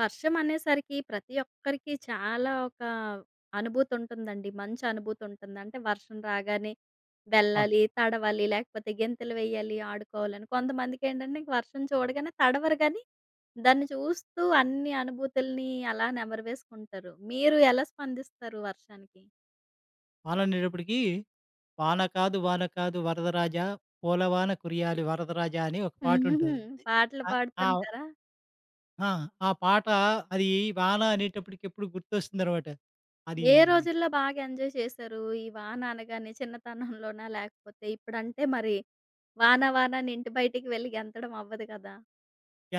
వర్షం అనేసరికి ప్రతి ఒక్కరికి చాలా ఒక అనుభూతి ఉంటుందండి. మంచి అనుభూతి ఉంటుంది. అంటే వర్షం రాగానే అవును. వెళ్ళాలి, తడవాలి, లేకపోతే గెంతులు వేయాలి, ఆడుకోవాలని. కొంతమందికేంటంటే ఇంక వర్షం చూడగానే తడవరు గానీ, దాన్ని చూస్తూ అన్ని అనుభూతుల్ని అలా నెమరువేసుకుంటారు. మీరు ఎలా స్పందిస్తారు వర్షానికి? వాననేటప్పటికి "వాన కాదు వాన కాదు వరదరాజా పూలవాన కురియాలి వరదరాజా" అని ఒక హుహుహు. పాటుంటుంది. పాటలు ఆహ్, ఆహ్, పాడుతుంటారా? ఆ! ఆ ఆ పాట అది వాన అనేటప్పటికి ఎప్పుడు గుర్తొస్తుందనమాట. అది ఏ రోజుల్లో బాగా ఎంజాయ్ చేశారు? ఈ వాన అనగానే చిన్నతనంలోనా? లేకపోతే ఇప్పుడంటే మరి వాన వాన అని ఇంటి బయటికి వెళ్లి గెంతడం అవ్వదు కదా!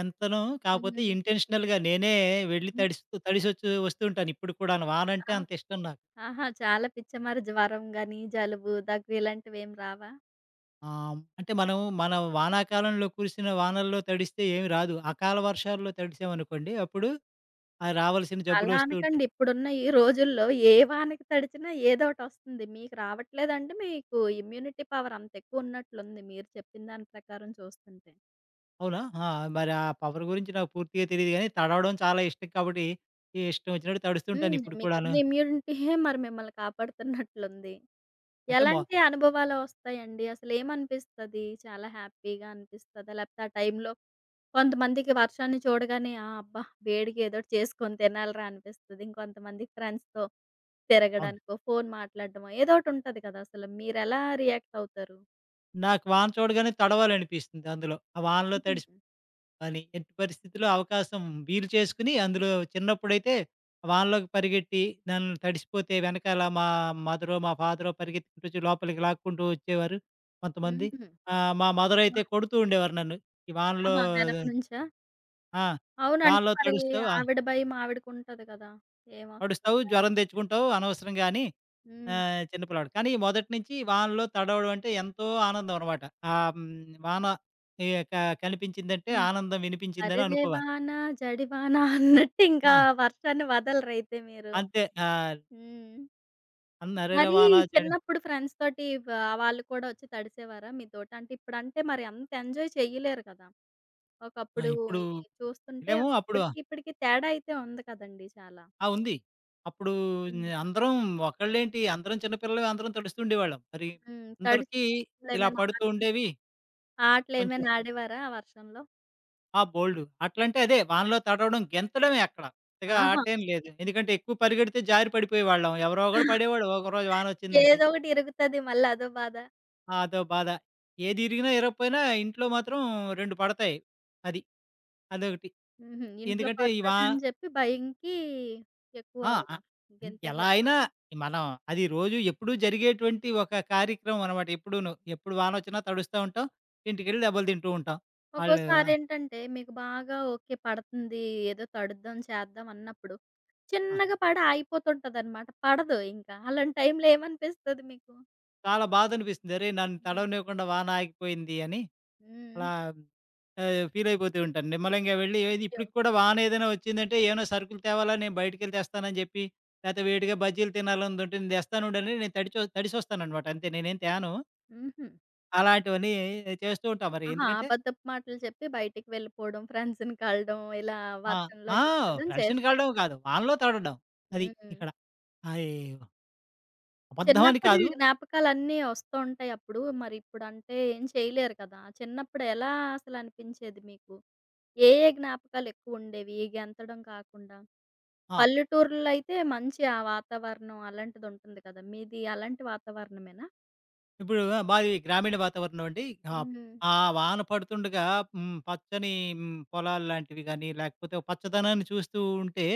ఎంతనో కాపోతే ఇంటెన్షనల్‌గా నేనే వెళ్లి హ్మ్. తడిస్తూ తడిసొచ్చు వస్తూ ఉంటాను ఇప్పుడు కూడాను. వానంటే ఆ! అంత ఇష్టం నాకు. ఆహా! చాలా పిచ్చ మరి జ్వరం గాని, జలుబు, దగ్గు ఇలాంటివేమి రావా? అంటే మనం మన వానాకాలంలో కురిసిన వానల్లో తడిస్తే ఏమి రాదు. అకాల వర్షాల్లో తడిసామనుకోండి అప్పుడు ఆ రావాల్సిన అలా జబ్బులొస్తూ అనకండి. ఉంటాయి. ఇప్పుడున్న ఈ రోజుల్లో ఏ వానకి తడిచినా ఏదోటొస్తుంది. మీకు రావట్లేదంటే మీకు ఇమ్యూనిటీ పవర్ అంత ఎక్కువ ఉన్నట్లుంది మీరు చెప్పిన దాని ప్రకారం చూస్తుంటే. అవునా? ఆ! మరి ఆ పవర్ గురించి నాకు పూర్తిగా తెలీదు గానీ, తడవడం చాలా ఇష్టం కాబట్టి, ఈ ఇష్టం వచ్చినట్టు హ్మ్. తడుస్తుంటాను ఇప్పుడు మీకున్న కూడాను. ఇమ్యూనిటీయే మరి మిమ్మల్ని కాపాడుతున్నట్లుంది. అంటే మొ ఎలాంటి అనుభవాలు ఒస్తాయండి? అసలేమనిపిస్తది? చాలా హ్యాపీగా అనిపిస్తదా? లేపోతే ఆ టైంలో కొంతమందికి వర్షాన్ని చూడగానే ఆ! అబ్బా! వేడికి ఏదోటి చేసుకొని తినాలిరా అనిపిస్తది. ఇంకొంతమందికి ఫ్రెండ్స్‌తో అవును. తిరగడానికో, ఫోన్ మాట్లాడడమో ఏదోటుంటది కదా! అసలు మీరెలా రియాక్ట్ అవుతారు? నాకు వాన చూడగానే తడవాలనిపిస్తుంది అందులో. ఆ వానలో తడిసి కనిపించదు. అని ఎట్టి పరిస్థితిలో అవకాశం వీలు చేసుకొని, అందులో చిన్నప్పుడైతే ఆ వానలోకి పరిగెట్టి, నన్ను తడిసిపోతే వెనకాల మా మదరో, మా ఫాదరో పరిగెత్తుకుంటూ వచ్చి లోపలికి లాక్కుంటూ వచ్చేవారు కొంతమంది. హుహు. మా మదర్ అయితే కొడుతూ ఉండేవారు నన్ను. "ఈ వానలో ఆహా! వెనక నుంచా? ఆ! అవునంటే వానలో మరి తడుస్తావు, ఆవిడ భయం ఆవిడకుంటది కదా! నడుస్తావు, ఏమొస్తదా? జ్వరం తెచ్చుకుంటావు అనవసరంగాని హ్మ్. చిన్న పిల్లాడు." కానీ మొదటి నుంచి వానలో తడవడం అంటే ఎంతో ఆనందం అనమాట. ఆహ్, హ్మ్, వాన ఈ క కనిపించిందంటే హ్మ్. ఆనందం వినిపించిందని 'హరిరే అనుకోవాలి. వాన జడివాన' అన్నట్టు ఇంకా ఆ! వర్షాన్ని వదలరైతే మీరు. అంతే. ఆహ్, హ్మ్. అన్ అరెరే మరి వాన జడ చిన్నప్పుడు ఫ్రెండ్స్ తోటి వాళ్ళు కూడా వచ్చి తడిసేవారా మీతోటి? అంటే ఇప్పుడంటే మరి అంత ఎంజాయ్ చెయ్యలేరు కదా! ఆ! ఒకప్పుడు ఇప్పుడు ఈ చూస్తుంటే లేము. అప్పుడు అప్పటికి ఇప్పటికి తేడా అయితే ఉంది కదండీ చాలా. ఆ! ఉంది. అప్పుడు హ్మ్. అందరం, అందరం చిన్న పిల్లలమే, అందరం తడుస్తూ ఉండేవాళ్ళం. మరి హ్మ్. అందరికీ తడిసిన ఇలా ఏమైనా పడుతూ ఆటలు, ఉండేవి. కొంచెం ఆటలేమైనా ఆడేవారా ఆ వర్షంలో? ఆ! బోల్డు. అట్లంటే అదే వానలో తడవడం, గెంతడమే అక్కడ. పెద్దగా ఆహా! ఆటేం లేదు. ఎందుకంటే ఎక్కువ పరిగెడితే జారి పడిపోయేవాళ్ళం. ఎవరో ఒకడు పడేవాడు ఒకరోజు వానొచ్చిందంటే. ఏదో ఒకటి ఇరుగుతది మళ్ళీ అదో బాధ. ఆ! అదో బాధ. ఏది ఇరిగినా ఇరగపోయినా ఇంట్లో మాత్రం 2 పడతాయి. అది. అదొకటి. హుహు. ఇంట్లో ఎందుకంటే ఈ వా పడతదని చెప్పి భయంకి ఎక్కువ ఆ! ఆ! గెంతే ఎలా వరకు అయినా కాదు. మనం అది రోజు ఎప్పుడూ జరిగేటువంటి ఒక కార్యక్రమం అనమాట ఎప్పుడూను. ఎప్పుడు వానొచ్చినా తడుస్తా ఉంటాం. ఇంటికెళ్ళి దెబ్బలు తింటూ ఉంటాం. ఆళ్ళు ఒక్కోసారేంటంటే మీకు బాగా ఓకే. పడుతుంది. ఏదో తడుద్దాం, చేద్దాం అన్నప్పుడు ఆ! చిన్నగా పడి ఆగిపోతుంటదనమాట. పడదు ఇంకా. అలాంటి టైంలో ఏమనిపిస్తది మీకు? చాలా బాధనిపిస్తుంది. అరే! నన్ను హ్మ్. తడవనివ్వకుండా వాన ఆగిపోయింది అని. హ్మ్. అలా ఫీలయిపోతూ ఉంటాను. నిమ్మలంగా వెళ్ళి ఏది అయ్యో! ఇప్పటికి కూడా వాన ఏదైనా వచ్చిందంటే, "ఏమైనా సరుకులు తేవాలా? నేను బయటికెళ్ళి తెస్తానని" జెప్పి, లేతే వేడిగా బజ్జీలు తినాలనుందుంటే "నేను దెస్తాను ఉండు" అని నేను తడిసొస్తాననమాట అంతే. నేనేం తేను. హుహు. అలాంటివన్నీ చేస్తూ ఉంటాం మరి. ఆహా! ఎందుకంటే అబద్ధపు మాటలు చెప్పి బయటికి వెళ్ళిపోవడం, ఫ్రెండ్స్‌ని కలడం, ఇలా ఆ! వర్షంలో ఆ! గెంతడం ఫ్రెండ్స్‌ని కలవడం చేస్తుంటారు. కాదు, వానలో తడవడం. అది హ్మ్. ఇక్కడ. అయి అబద్ధం అని చిన్నప్పటి కాదు. జ్ఞాపకాలన్నీ వస్తూ ఉంటాయి అప్పుడు. మరి ఇప్పుడంటే ఏం చేయలేరు కదా! చిన్నప్పుడు ఎలా అసలనిపించేది మీకు? ఏ ఏ జ్ఞాపకాలెక్కువుండేవి ఈ గెంతడం కాకుండా? ఆ! పల్లెటూరుల్లో అయితే మంచి ఆ వాతావరణం అలాంటిదుంటుంది కదా! మీది అలాంటి వాతావరణమేనా? ఇప్పుడు ఆ! మాది గ్రామీణ వాతావరణం అండి. ఆహ్, హ్మ్. ఆ వాన పడుతుండగా పచ్చని పొలాలు లాంటివి గాని, లేకపోతే పచ్చదనాన్ని చూస్తూ ఉంటే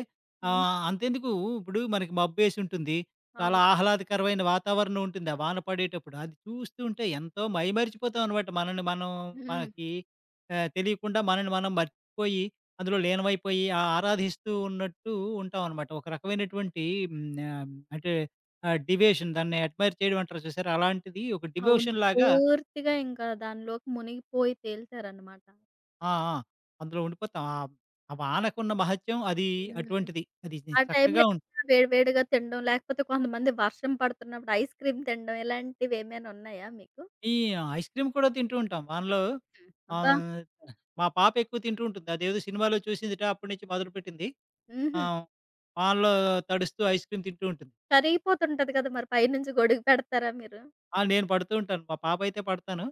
హ్మ్. అంతెందుకు, ఇప్పుడు మనకి మబ్బేసి ఉంటుంది. చాలా అవును. ఆహ్లాదకరమైన వాతావరణం ఉంటుంది ఆ వాన పడేటప్పుడు. అది చూస్తూ ఉంటే ఎంతో మైమరిచిపోతాం అనమాట. మనల్ని మనం హ్మ్. మనకి ఆహ్, తెలియకుండా మనల్ని మనం మర్చిపోయి, అందులో లీనమైపోయి ఆరాధిస్తూ ఉన్నట్టు ఉంటాం అనమాట. ఒక రకమైనటువంటి హ్మ్, ఆహ్, అంటే ఆ! డివేషన్, దాన్ని అడ్మైర్ చేయడం అంటారు చూసారా? అలాంటిది, ఒక అవును. డివోషన్ లాగా పూర్తిగా ఇంకా దానిలోకి మునిగిపోయి తేలుతారనమాట. ఆ! ఆ! అందులో ఉండిపోతాం. ఆ వానకున్న మహత్యం అది హ్మ్. అటువంటిది. అది ఆ టైంలో చక్కగా ఉంటుంది. ఏమైనా వేడి వేడిగా తినడం, లేకపోతే కొంతమంది వర్షం పడుతున్నప్పుడు ఐస్ క్రీమ్ తినడం ఇలాంటివేమైనా ఉన్నాయా మీకు? ఈ ఐస్ క్రీమ్ కూడా తింటూ ఉంటాం వానలో. అబ్బా! ఆహ్, మా పాప ఎక్కువ తింటూ ఉంటుంది. అదేదో సినిమాలో చూసిందిట, అప్పటి నుంచి మొదలుపెట్టింది. ఆ! హుహు. వానలో తడుస్తూ ఐస్ క్రీమ్ తింటూ ఉంటుంది. కరిగిపోతుంటది కదా! మరి పైనుంచి గొడుగు పెడతారా మీరు? ఆ! నేను పడుతూ ఉంటాను. మా పాప అయితే పడతాను.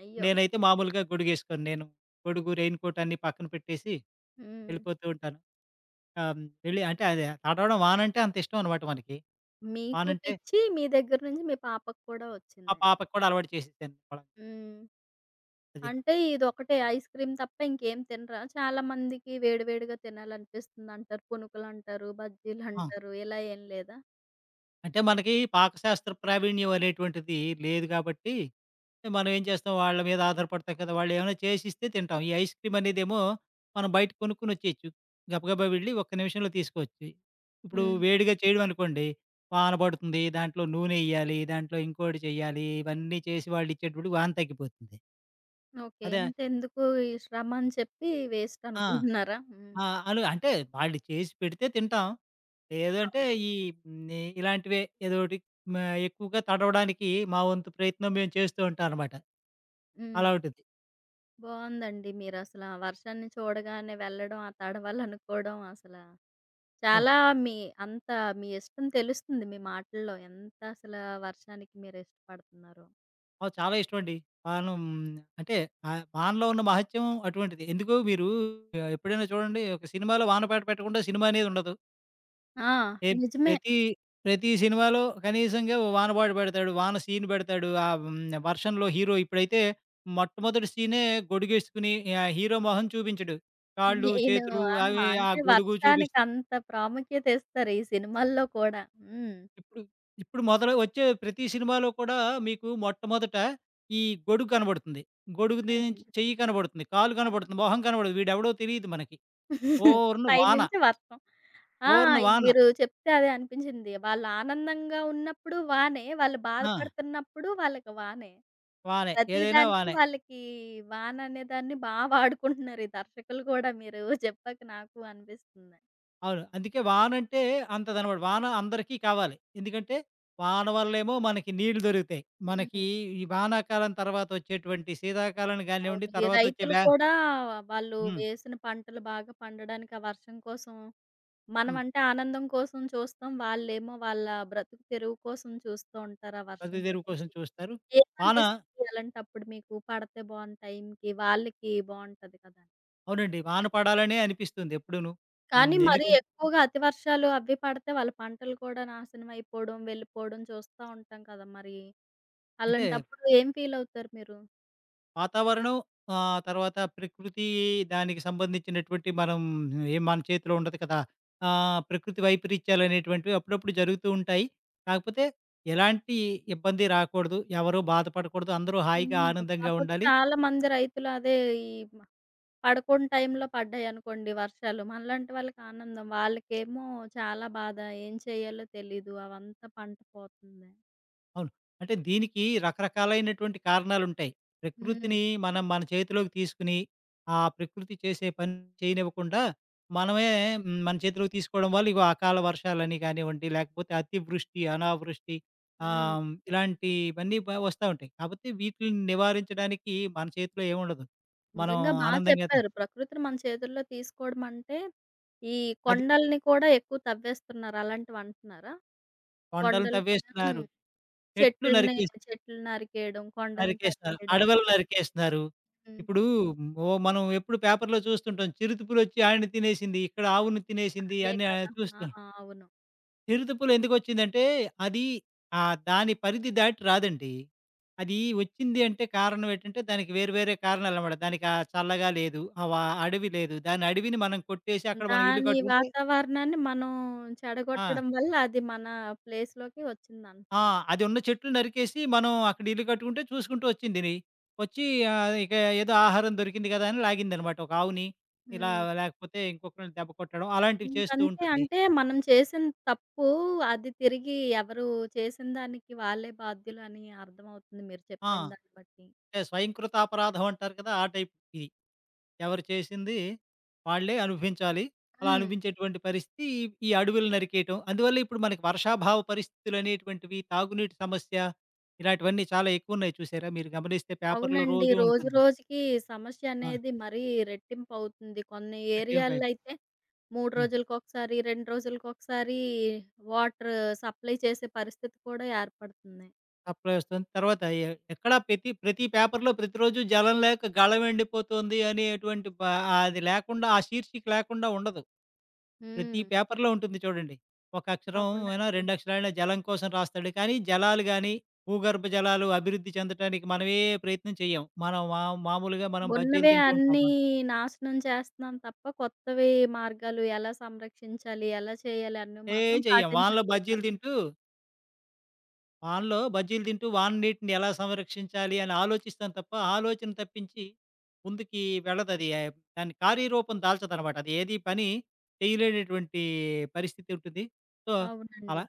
అయ్యో! నేనైతే మామూలుగా గొడుగేసుకోను. నేను గొడుగు, రెయిన్ కోట్ అన్నీ పక్కన పెట్టేసి హ్మ్. వెళ్ళిపోతూ ఉంటాను. ఆ! హ్మ్. వెళ్ళి అంటే అది తడవడం, వానంటే అంత ఇష్టం అనమాట మనకి. మీకు వానంటే పిచ్చి మీ దగ్గర నుంచి మీ పాపకి కూడా మా వచ్చింది. పాపకి కూడా అలవాటు చేసేసాను. పొలం హ్మ్. అది. అంటే ఇదొకటే ఐస్ క్రీమ్ తప్ప ఇంకేం తినరా? చాలా మందికి వేడి వేడిగా తినాలనిపిస్తుందంటారు. పునుకులంటారు, ఆ! బజ్జీలంటారు ఇలా ఏం లేదా? అంటే మనకి పాకశాస్త్ర ప్రావీణ్యం అనేటువంటిది లేదు కాబట్టి, మనం ఏం చేస్తాం, వాళ్ళ మీద ఆధారపడతాం కదా! వాళ్ళు ఏమైనా చేసిస్తే తింటాం. ఈ ఐస్ క్రీమ్ అనేదేమో మనం బయట కొనుక్కొని వచ్చేయొచ్చు. గబగబా వెళ్ళి ఒక్క నిమిషంలో తీసుకోవచ్చు. ఇప్పుడు హ్మ్. వేడిగా చేయడం అనుకోండి, వాన పడుతుంది. దాంట్లో నూనె ఎయ్యాలి. దాంట్లో ఇంకోటి చేయాలి. ఇవన్నీ చేసి వాళ్ళు ఇచ్చేటప్పటికి వాన తగ్గిపోతుంది. ఓకే. అదే ఇంతెందుకు ఈ శ్రమ అని చెప్పి వేస్ట్ ఆ! అనుకుంటున్నారా? హ్మ్. ఆ! అలు అంటే వాళ్ళు చేసి పెడితే తింటాం. లేదు అంటే అవును. ఈ హ్మ్, ఇలాంటివే ఏదోకటి, మ ఎక్కువగా తడవడానికి మా వంతు ప్రయత్నం మేము చేస్తూ ఉంటాం అనమాట. హ్మ్. అలా ఉంటుంది. బావుందండి మీరసల ఆ వర్షాన్ని చూడగానే వెళ్ళడం, ఆ తడవలనుకోవడం అసల అవును. చాలా మీ అంత మీ ఇష్టం తెలుస్తుంది మీ మాటల్లో. ఎంత అసలా వర్షానికి మీరిష్టపడుతున్నారో. నాకు చాలా ఇష్టమండి. పానం అంటే వానలో ఉన్న మహత్యం అటువంటిది. ఎందుకు మీరు ఎప్పుడైనా చూడండి, ఒక సినిమాలో వాన పాట పెట్టకుండా సినిమా అనేది ఉండదు. ఆ! ఏ నిజమే. ప్రతి ప్రతి సినిమాలో కనీసంగా ఓ వాన పాట పెడతాడు. వాన సీన్ పెడతాడు. వర్షంలో హీరో ఇప్పుడైతే మొట్టమొదటి సీనే గొడుగేసుకొని హీరో మొహం చూపించడు. కాళ్ళు, నేను చేతులు, ఆహా! అవి, ఆ అంటే గొడుగు వర్షానికంత ప్రాముఖ్యత ఇస్తారు ఈ సినిమాల్లో కూడా. హ్మ్. ఇప్పుడు. ఇప్పుడు మొదలు వచ్చే ప్రతి సినిమాలో కూడా మీకు మొట్టమొదట ఈ గొడుగు కనబడుతుంది. గొడుగు హ్మ్. నుంచి చెయ్యి కనబడుతుంది. కాలు ఆహా! కనబడుతుంది. మొహం కనబడదు. వీడెవడో తెలీదు మనకి. ఓర్ని వాన. పైనుంచి వర్షం. ఆ! ఓర్ని వాన. మీరు చెప్తే అదే అనిపించింది. వాళ్ళు ఆనందంగా ఉన్నప్పుడు వానే, వాళ్ళు ఆ! బాధపడుతున్నప్పుడు వాళ్ళకి వానే. వానే. ప్రతి ఏదైనా దానికి వానే. వాళ్ళకి వాన్ అనేదాన్ని బా వాడుకుంటున్నారు. ఈ దర్శకులు గూడా మీరు చెప్పాక నాకు అనిపిస్తుంది. అవును. అందుకే వానంటే అంతదనమాట. వాన అందరికీ కావాలి. ఎందుకంటే, వాన వల్లేమో మనకి నీళ్లు దొరుకుతాయి. మనకి హ్మ్. ఈ వానాకాలం తర్వాత వచ్చేటువంటి శీతాకాలం గానివ్వండి, అవును. ఈ తర్వాతొచ్చే రైతులు వ్యా కూడా వాళ్ళు హ్మ్. వేసిన పంటలు బాగా పండడానికి ఆ వర్షం కోసం మనం హ్మ్. అంటే ఆనందం కోసం చూస్తాం. వాళ్ళేమో వాళ్ళ బ్రతుకు తెరువు కోసం చూస్తూ ఉంటారు ఆ వర్షం ప్రతిదెరువు కోసం గురించి. చూస్తారు. వాన ఏమనిపిస్తుంది అలాంటప్పుడు మీకు? పడితే బావుండు టైంకి వాళ్ళకి బావుంటది కదా! అవునండి. వాన పడాలనే అనిపిస్తుంది ఎప్పుడూను. హ్మ్. కానీ మరీ ఎందుకంటే ఎక్కువగా అతి వర్షాలు అవి పడితే వాళ్ళ పంటలు కూడా నాశనం అయిపోవడం, వెళ్ళిపోవడం చూస్తా ఉంటాం కదా! మరి అంటే అలాంటప్పుడు ఏం ఫీలవుతారు మీరు? వాతావరణం తర్వాత ప్రకృతి, దానికి సంబంధించినటువంటి మనం ఏం, మన చేతిలో ఉండదు కదా! ప్రకృతి వైపరీత్యాలనేటువంటివి అప్పుడప్పుడు జరుగుతూ ఉంటాయి. కాకపోతే ఎలాంటి ఇబ్బంది రాకూడదు. ఎవరు బాధపడకూడదు. అందరూ హాయిగా హ్మ్. ఆనందంగా కాకపోతే ఉండాలి. చాలా మంది రైతులు అదే ఈ మ పడకుండా టైంలో పడ్డాయనుకోండి వర్షాలు. మనలాంటి వాళ్ళకి ఆనందం. వాళ్ళకేమో చాలా బాధ. ఏం చేయాలో తెలీదు. అవంతా పంట పోతుంది. అవును. అంటే దీనికి రకరకాలైనటువంటి కారణాలుంటాయి. హ్మ్. ప్రకృతిని మనం మన చేతిలోకి తీసుకొని, ఆ ప్రకృతి చేసే పని చేయనివ్వకుండా మనమే మన చేతిలోకి తీసుకోవడం వల్ల ఇగో అకాల వర్షాలని కానివ్వండి, లేకపోతే అతివృష్టి, అనావృష్టి, హ్మ్. ఇలాంటివన్నీ వస్తా ఉంటాయి. కాపోతే వీటిలిని నివారించడానికి మన చేతిలో ఏముండదు. మనం నిజంగా బా ఆనందంగా త చెప్పారు. ప్రకృతిని మన చేతుల్లో తీసుకోవడం అంటే, ఈ అది కొండల్ని కూడా ఎక్కువ తవ్వేస్తున్నారు అలాంటివంటున్నారా? కొండలు కొండల్ని తవ్వేస్తున్నారు, హ్మ్. చెట్లు చెట్లని నరికేస్ చెట్లు నరికేయడం, కొండలను నరికేస్తున్నారు. తరివేయడం. అడవులు నరికేస్తున్నారు. హ్మ్. ఇప్పుడు ఓ మనం ఎప్పుడు పేపర్‌లో చూస్తుంటాం. చిరుతపులొచ్చి ఆడిని తినేసింది. ఇక్కడ ఆవును తినేసింది అదే అని కదా! ఆ! చూస్తాం. అవును. చిరుతపులు ఎందుకొచ్చిందంటే అది దాని పరిధి దాటి రాదండి. అది వచ్చింది అంటే కారణం ఏంటంటే దానికి వేరు వేరే కారణాలనమాట. దానికి ఆ చల్లగా లేదు. ఆ వ అడవి లేదు. దాని అడవిని మనం కొట్టేసి అక్కడ మనం ఇల్లు దాని కట్టుకుంటే వాతావరణాన్ని మనం ఆ! చెడగొట్టడం వల్ల అది మన ప్లేస్‌లోకి ఆ! వచ్చిందంటున్నారు. అది ఉన్న చెట్లు నరికేసి మనం అక్కడ ఇల్లు కట్టుకుంటే చూసుకుంటూ వచ్చిందిని. వచ్చి ఇక ఏదో ఆహారం దొరికింది కదా! అని లాగిందనమాట ఒక ఆవుని. ఇలా హ్మ్. లేకపోతే ఇంకొకరిని దెబ్బ కొట్టడం అలాంటివి చేస్తూ ఇంకంతే ఉంటుంది. అంటే మనం చేసిన తప్పు అది తిరిగి ఎవరు చేసిన దానికి వాళ్ళే బాధ్యులని అర్థమవుతుంది మీరు ఆ! చెప్పిన దాన్ని బట్టి. అంటే స్వయంకృత అపరాధం అంటారు కదా! ఆ టైప్ ఇది. ఎవరు చేసింది వాళ్ళే అనుభవించాలి. అలా హ్మ్. అనుభవించేటువంటి పరిస్థితి ఈ ఈ అడవులు నరికేయటం. అందువల్ల ఇప్పుడు మనకి వర్షాభావ పరిస్థితులనేటువంటివి, తాగునీటి సమస్య, ఇలాంటివన్నీ చాలా ఎక్కువున్నాయి చూసారా? మీరు గమనిస్తే పేపర్‌లో అవునండి. రోజూ రోజు ఉంటుంది. రోజుకి సమస్య అనేది మరీ రెట్టింపవుతుంది. కొన్ని ఆ! ఏరియాల్లో అయితే 3 హ్మ్. రోజులకొకసారి, 2 రోజులకొకసారి వాటర్ సప్లై చేసే పరిస్థితి కూడా ఏర్పడుతుంది. సప్లై వస్తుంది. తర్వాత ఎ ఎక్కడా ప్రతి ప్రతి పేపర్‌లో ప్రతిరోజు జలం లేక గళం ఎండిపోతుంది అనేటువంటి అది లేకుండా, ఆ శీర్షిక లేకుండా ఉండదు. ప్రతి హ్మ్. పేపర్‌లో ఉంటుంది చూడండి. ఒక అక్షరం అయినా, అవునండి. 2 అక్షరాలైనా జలం కోసం రాస్తాడు. కానీ జలాలు గాని, భూగర్భ జలాలు అభివృద్ధి చెందటానికి మనమే ప్రయత్నం చెయ్యం. మనం మా మామూలుగా మనం బజ్జీలు ఉన్నవే తింటూ ఉంటాం. అన్నీ నాశనం చేస్తున్నాం తప్ప, కొత్తవి మార్గాలు ఎలా సంరక్షించాలి, ఎలా చేయాలి అన్నవి ఏం మాత్రం చెయ్యం. పాటించట్లేదంటున్నారు. వానలో బజ్జీలు తింటూ వాన నీటిని ఎలా సంరక్షించాలి అని ఆలోచిస్తాను తప్ప. ఆలోచన తప్పించి ముందుకి వెళ్ళదు అది. దాని కార్యరూపం దాల్చదనమాట. అది ఏది పని చేయలేనటువంటి పరిస్థితి ఉంటుంది. సో అవునండి. అలా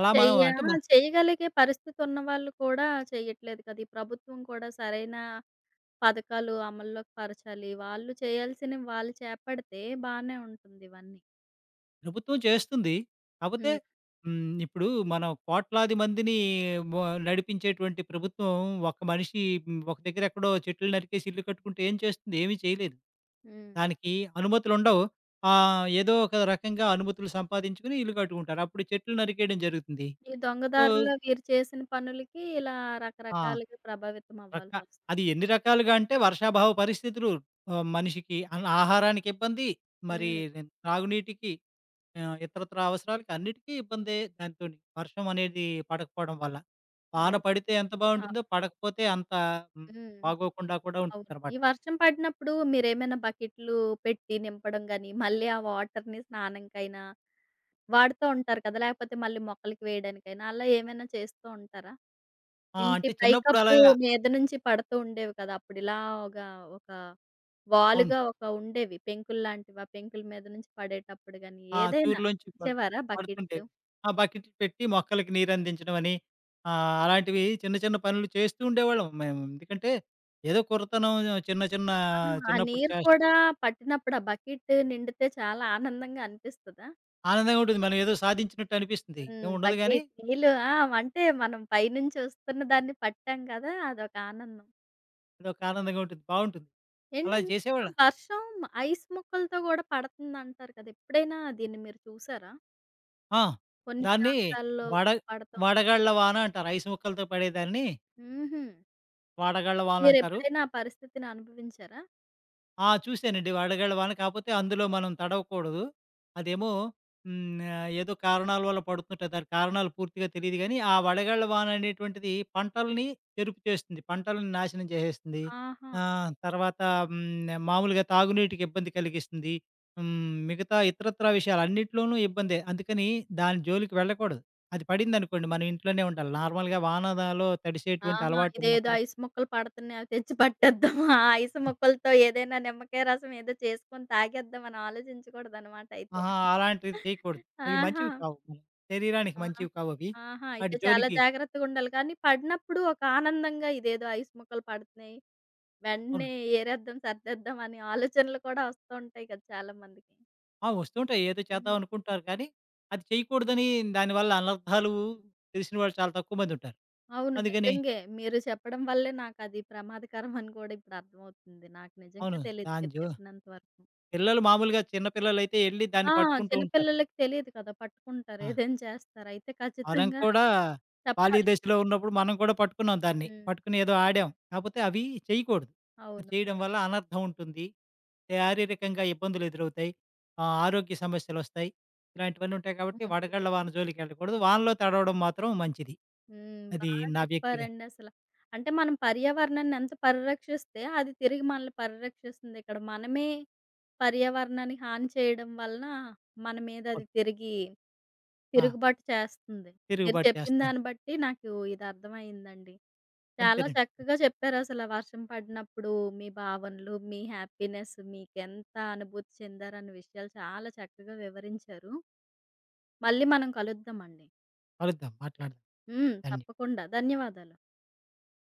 అలా మనం చెయ్య అంటే మన చేయగలిగే పరిస్థితి ఉన్నవాళ్ళు కూడా చేయట్లేదు కదా! ఈ ప్రభుత్వం కూడా సరైన పథకాలు అమల్లోకి పరచాలి. వాళ్ళు చేయాల్సినవి వాళ్ళు చేపడితే బానే ఉంటుంది ఇవన్నీ. ప్రభుత్వం చేస్తుంది. కాకపోతే హ్మ్. ఇప్పుడు మనం కోట్లాది మందిని నడిపించేటువంటి ప్రభుత్వం, ఒక మనిషి ఒక దగ్గర ఎక్కడో చెట్లు నరికేసి ఇల్లు కట్టుకుంటే ఏం చేస్తుంది? ఏమీ చేయలేదు హ్మ్. దానికి. అనుమతులుండవు. ఏదో ఒక రకంగా అనుమతులు సంపాదించుకొని ఇల్లు కట్టుకుంటారు. అప్పుడు చెట్లు నరికేయడం జరుగుతుంది. ఈ దొంగ సో దారుల్లో వీరు చేసిన పనులకి ఇలా ఆ! రకరకాలుగా ప్రభావితం రక అది అవ్వాల్సొస్తుంది. ఎన్ని రకాలుగా అంటే వర్షాభావ పరిస్థితులు, మనిషికి ఆహారానికి ఇబ్బంది, మరి హ్మ్. త్రాగునీటికి, ఇతరత్రా అవసరాలకి, అన్నిటికీ ఇబ్బందే దానితోని. వర్షం అనేది పడకపోవడం వల్ల. వాన అవును. పడితే ఎంత ఆ! ఆ! బావుంటుందో, పడకపోతే అంత హ్మ్, హ్మ్. బాగోకుండా కూడా అవును. ఉంటుందన్నమాట. ఈ వర్షం పడినప్పుడు మీరేమైనా బకెట్లు పెట్టి నింపడం గాని, మళ్ళీ ఆ వాటర్‌ని స్నానంకైనా వాడుతూ ఉంటారు కదా! లేకపోతే మళ్ళీ మొక్కలకి వేయడానికైనా అలా ఏమైనా చేస్తూ ఉంటారా? ఆ! ఇంటి అంటే చిన్నప్పుడు పైకప్పు అలాగా మీద నుంచి పడుతూ ఉండేవి కదా! అప్పుడు ఇలా ఒక, ఒక అవును. వాలుగా ఒక ఉండేవి పెంకుల్లాంటివి. ఆ పెంకుల మీద నుంచి పడేటప్పుడు గాని ఆ! ఏదైనా తూరులోంచి పడు ఉంచేవారా బకెట్లు? పడుతుండేవి. ఆ! బకెట్లు పెట్టి మొక్కలకి నీరందించడం అని అలాంటివి, చిన్న చిన్న పనులు చేస్తూ ఉండేవాళ్ళం మేము. ఎందుకంటే ఏదో కుర్రతనం. చిన్న చిన్న ఆ! ఆ చిన్నప్పుడు నీరు చేస్ కూడా పట్టినప్పుడు ఆ బకెట్ నిండితే చాలా ఆనందంగా అనిపిస్తదా? ఆనందంగా ఉంటుంది. మనం ఏదో సాధించినట్టు అనిపిస్తుంది. హ్మ్. ఏముండదు గానీ బకెట్ నీళ్ళు ఆ! అంటే మనం పైనుంచి వస్తున్న దాన్ని పట్టాం కదా! అదొక ఆనందం. అదొక ఆనందంగా ఉంటుంది. బావుంటుంది. ఏండి అలా ఇంకా చేసేవాళ్ళం. వర్షం ఐస్ ముక్కలతో కూడా పడుతుందంటారు కదా! ఎప్పుడైనా దీన్ని మీరు చూసారా? ఆ! కొన్ని దాన్ని ప్రాంతాల్లో వడ పడతాం. వడగళ్ళ వాన అంటారు. ఐస్ ముక్కలతో పడేదాన్ని హుహు. వడగళ్ళ వానంటారు. మీరెప్పుడైనా ఆ పరిస్థితిని అనుభవించారా? ఆ! చూసానండి వడగళ్ళవాన. కాపోతే అందులో మనం తడవకూడదు. అదేమో హ్మ్. ఏదో కారణాల వల్ల పడుతుంటాయి. దాని కారణాలు పూర్తిగా తెలీదు గానీ, ఆ వడగళ్ళ వాన అనేటువంటిది పంటల్ని ఎరుపు చేస్తుంది. పంటలను నాశనం చేసేస్తుంది. ఆహా! ఆహ్, తర్వాత హ్మ్. మామూలుగా తాగునీటికి ఇబ్బంది కలిగిస్తుంది. హ్మ్. మిగతా ఇతరత్రా విషయాలన్నిట్లోనూ ఇబ్బందే. అందుకని దాని జోలికి వెళ్ళకూడదు. అది పడిందనుకోండి మనం ఇంట్లోనే ఉండాలి. నార్మల్‌గా వానలో తడిసేటువంటి ఆహా! ఇదేదో అలవాటున్నప్పుడు ఐస్ ముక్కలు పడుతున్నాయి అవి తెచ్చి పట్టేద్దాం. ఆ ఐస్ ముక్కలతో ఏదైనా నిమ్మకాయ రసం ఏదో చేసుకొని తాగేద్దాం అని ఆలోచించకూడదనమాట అయితే. ఆహా! అలాంటివి చేయకూడదు. అవి ఆహా! మంచివి కావు. మన శరీరానికి ఆ! మంచివి కావవి. ఆహా! అయితే వాటి చాలా జోలికి జాగ్రత్తగుండాలి. కానీ పడినప్పుడు ఒక ఆనందంగా ఇదేదో ఐస్ ముక్కలు పడుతున్నాయి. అవును. వెంటనే ఏరేద్దాం, సర్దేద్దాం అనే ఆలోచనలు కూడా వస్తూ ఉంటాయి కదా! చాలా మందికి. ఆ! వస్తుంటాయి. ఏదో హ్మ్. చేద్దాం అనుకుంటారు కానీ, అది చేయకూడదని, దానివల్ల అనర్థాలు తెలిసిన వాళ్ళు చాలా తక్కువ మందుంటారు. అవును. అందుకని నిజంగే. మీరు చెప్పడం వల్లే నాకది ప్రమాదకరం అని కూడా ఇప్పుడు అర్థమవుతుంది. నాకు నిజంగా అవును. తెలీదు దాని మీరు జో చెప్పినంత వరకు. పిల్లలు మామూలుగా, చిన్న పిల్లలైతే ఎళ్లి ఆ! దాన్ని పట్టుకుంటూ చిన్న ఉంటారు. పిల్లలకి తెలీదు కదా! పట్టుకుంటారు. ఆ! ఏదైనా చేస్తారు. అయితే మనం ఖచ్చితంగా కూడా ఖాళీ చెప్పాలి. దశలో ఉన్నప్పుడు మనం కూడా పట్టుకున్నాం దాన్ని. హ్మ్. పట్టుకొని ఏదో ఆడాం. కాపోతే అవి చేయకూడదు. అది అవును. చేయడం వల్ల అనర్థం ఉంటుంది. శారీరకంగా ఇబ్బందులు ఎదురవుతాయి. ఆరోగ్య సమస్యలొస్తాయి. ఇలాంటివన్నీ ఉంటాయి కాబట్టి ఓకే. వడగళ్ళ వాన జోలికెళ్ళకూడదు. వానలో హ్మ్. తడవడం మాత్రం మంచిది. హ్మ్. బా అది నా వ్యక్తిగత. చెప్పారండి అసల. అంటే మనం పర్యావరణాన్ని ఎంత పరిరక్షిస్తే అది తిరిగి మనల్ని పరిరక్షిస్తుంది. ఇక్కడ మనమే పర్యావరణానికి హాని చేయడం వలన మన మీద అది తిరిగి ఆ! తిరుగుబాటు చేస్తుంది. మీరు తిరుగుబాటు చెప్పిన చేస్తున్నాను. దాన్ని బట్టి నాకు ఇది అర్థమయిందండి. చాలా అంతేనండి. చక్కగా చెప్పారసల వర్షం పడినప్పుడు మీ భావనలు, మీ హ్యాపీనెస్ మీకెంత అనుభూతి చెందారన్న విషయాలు చాలా చక్కగా వివరించారు. మళ్ళీ మనం కలుద్దామండి. కలుద్దాం. మాట్లాడదాం. హ్మ్. ధన్య తప్పకుండా. ధన్యవాదాలు.